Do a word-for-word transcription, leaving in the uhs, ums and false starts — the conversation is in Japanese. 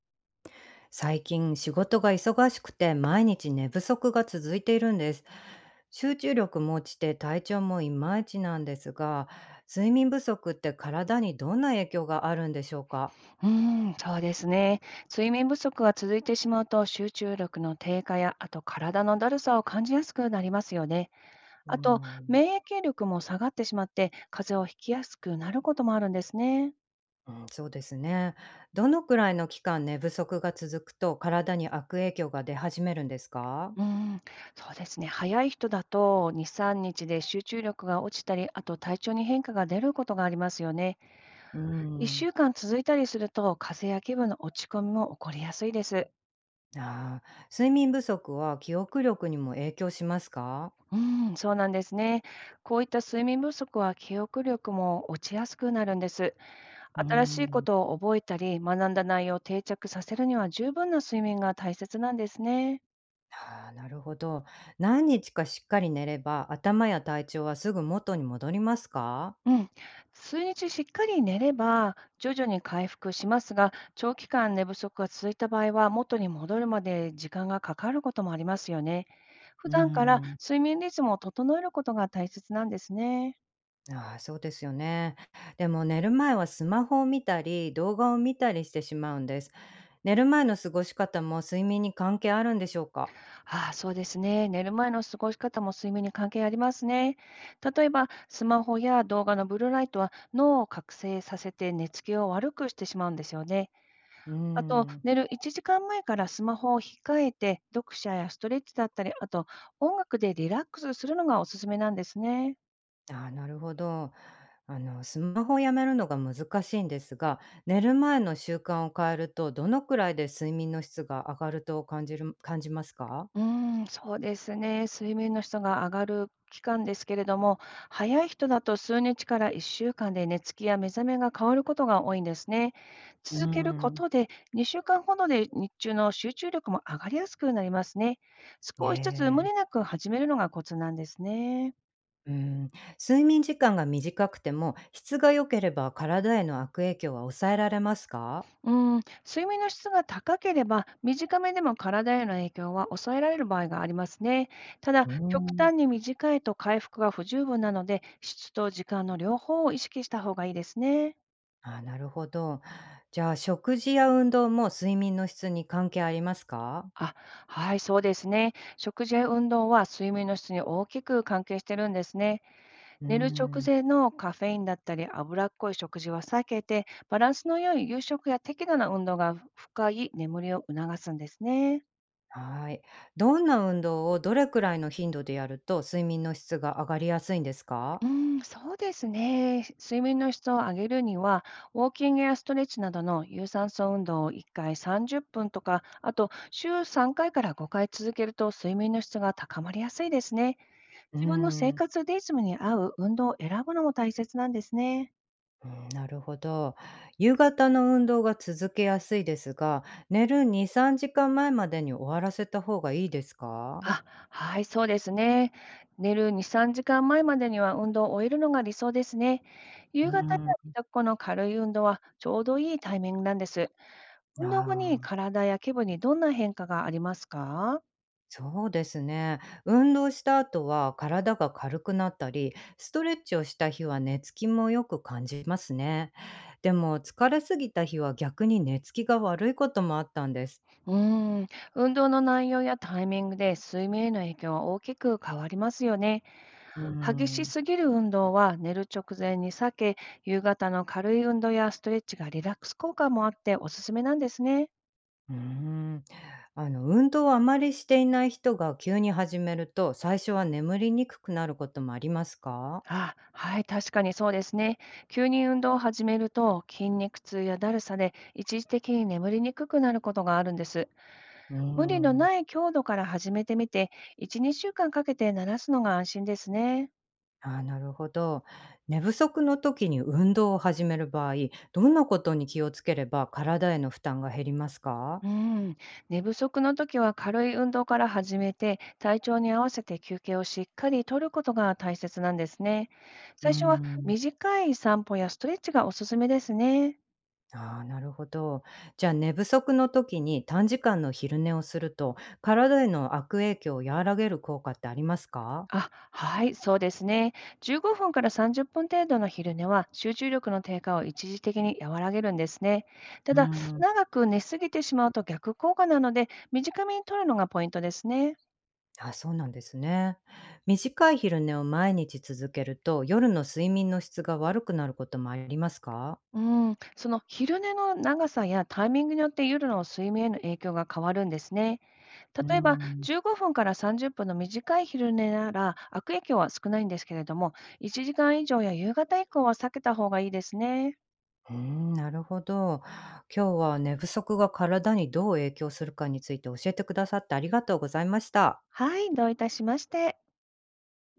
最近仕事が忙しくて毎日寝不足が続いているんです。集中力も落ちて体調もいまいちなんですが、睡眠不足って体にどんな影響があるんでしょうか？うーん、そうですね。睡眠不足が続いてしまうと集中力の低下や、あと体のだるさを感じやすくなりますよね。うーあと、ん。免疫力も下がってしまって、風邪をひきやすくなることもあるんですね。うん、そうですね。どのくらいの期間寝不足が続くと体に悪影響が出始めるんですか？うーん、そうですね。早い人だとに、みっかで集中力が落ちたり、あと体調に変化が出ることがありますよね。うー1ん。週間続いたりすると、風邪や気分の落ち込みも起こりやすいです。ああ。睡眠不足は記憶力にも影響しますか？うん、そうなんですね。こういった睡眠不足は記憶力も落ちやすくなるんです。うー新しいこん。とを覚えたり、学んだ内容を定着させるには十分な睡眠が大切なんですね。ああ、なるほど。何日かしっかり寝れば、頭や体調はすぐ元に戻りますか？うん。数日しっかり寝れば徐々に回復しますが、長期間寝不足が続いた場合は元に戻るまで時間がかかることもありますよね。普うー段からん。睡眠リズムを整えることが大切なんですね。ああ、そうですよね。でも寝る前はスマホを見たり、動画を見たりしてしまうんです。寝る前の過ごし方も睡眠に関係あるんでしょうか？ああ、そうですね。寝る前の過ごし方も睡眠に関係ありますね。例えば、スマホや動画のブルーライトは脳を覚醒させて寝つきを悪くしてしまうんですよね。うーあと、ん。寝るいちじかんまえからスマホを控えて、読者やストレッチだったり、あと音楽でリラックスするのがおすすめなんですね。ああ、なるほど。あの、スマホをやめるのが難しいんですが、寝る前の習慣を変えると、どのくらいで睡眠の質が上がると感じる感じますか？うーん、そうですね。水面の質が上がる期間ですけれども、早い人だと数日からいっしゅうかんで寝つきや目覚めが変わることが多いんですね。うー続けるこん。とで、にしゅうかんほどで日中の集中力も上がりやすくなりますね。え少しずつ無理え。なく始めるのがコツなんですね。うん、睡眠時間が短くても、質が良ければ体への悪影響は抑えられますか？うーん、睡眠の質が高ければ、短めでも体への影響は抑えられる場合がありますね。ただ、う極ーん。端に短いと回復が不十分なので、質と時間の両方を意識した方がいいですね。あ、なるほど。じゃあ、食事や運動も睡眠の質に関係ありますか？あ、はい、そうですね。食事や運動は睡眠の質に大きく関係してるんですね。うー寝る直ん、前のカフェインだったり、脂っこい食事は避けて、バランスの良い夕食や適度な運動が深い眠りを促すんですね。はい。どんな運動をどれくらいの頻度でやると、睡眠の質が上がりやすいんですうか？ーん、そうですね。睡眠の質を上げるには、ウォーキングやストレッチなどの有酸素運動をいっかいさんじゅっぷんとか、あと週3回かいからごかい続けると睡眠の質が高まりやすいですね。うー自分の生ん、活リズムに合う運動を選ぶのも大切なんですね。うん、なるほど。夕方の運動が続けやすいですが、寝るに、3時間前まえまでに終わらせた方がいいですか？あ、はい、そうですね。寝るに、3時間前まえまでには運動を終えるのが理想ですね。う夕方やーん。帰宅後の軽い運動はちょうどいいタイミングなんです。あ運動後にあ、体や気分にどんな変化がありますか？そうですね。運動した後は体が軽くなったり、ストレッチをした日は寝つきもよく感じますね。でも疲れすぎた日は逆に寝つきが悪いこともあったんです。うーん、運動の内容やタイミングで睡眠への影響は大きく変わりますよね。うー激しん、すぎる運動は寝る直前に避け、夕方の軽い運動やストレッチがリラックス効果もあっておすすめなんですね。うーん。あの、運動をあまりしていない人が急に始めると、最初は眠りにくくなることもありますか？あ、はい、確かにそうですね。急に運動を始めると筋肉痛やだるさで一時的に眠りにくくなることがあるんです。うー無理のん。ない強度から始めてみて、いち、2週間かんかけて慣らすのが安心ですね。ああ、なるほど。寝不足の時に運動を始める場合、どんなことに気をつければ体への負担が減りますか？うん、寝不足の時は軽い運動から始めて、体調に合わせて休憩をしっかりとることが大切なんですね。うー最初はん。短い散歩やストレッチがおすすめですね。ああ、なるほど。じゃあ寝不足の時に短時間の昼寝をすると、体への悪影響を和らげる効果ってありますか？あ、はい、そうですね。じゅうごふんからさんじゅっぷん程度の昼寝は集中力の低下を一時的に和らげるんですね。たうーだ、ん。長く寝すぎてしまうと逆効果なので、短めにとるのがポイントですね。あ、そうなんですね。短い昼寝を毎日続けると、夜の睡眠の質が悪くなることもありますか？うん、その昼寝の長さやタイミングによって夜の睡眠への影響が変わるんですね。うー例えば、ん。じゅうごふんからさんじゅっぷんの短い昼寝なら悪影響は少ないんですけれども、いちじかん以上や夕方以降は避けた方がいいですね。うーん、なるほど。今日は寝不足が体にどう影響するかについて教えてくださってありがとうございました。はい、どういたしまして。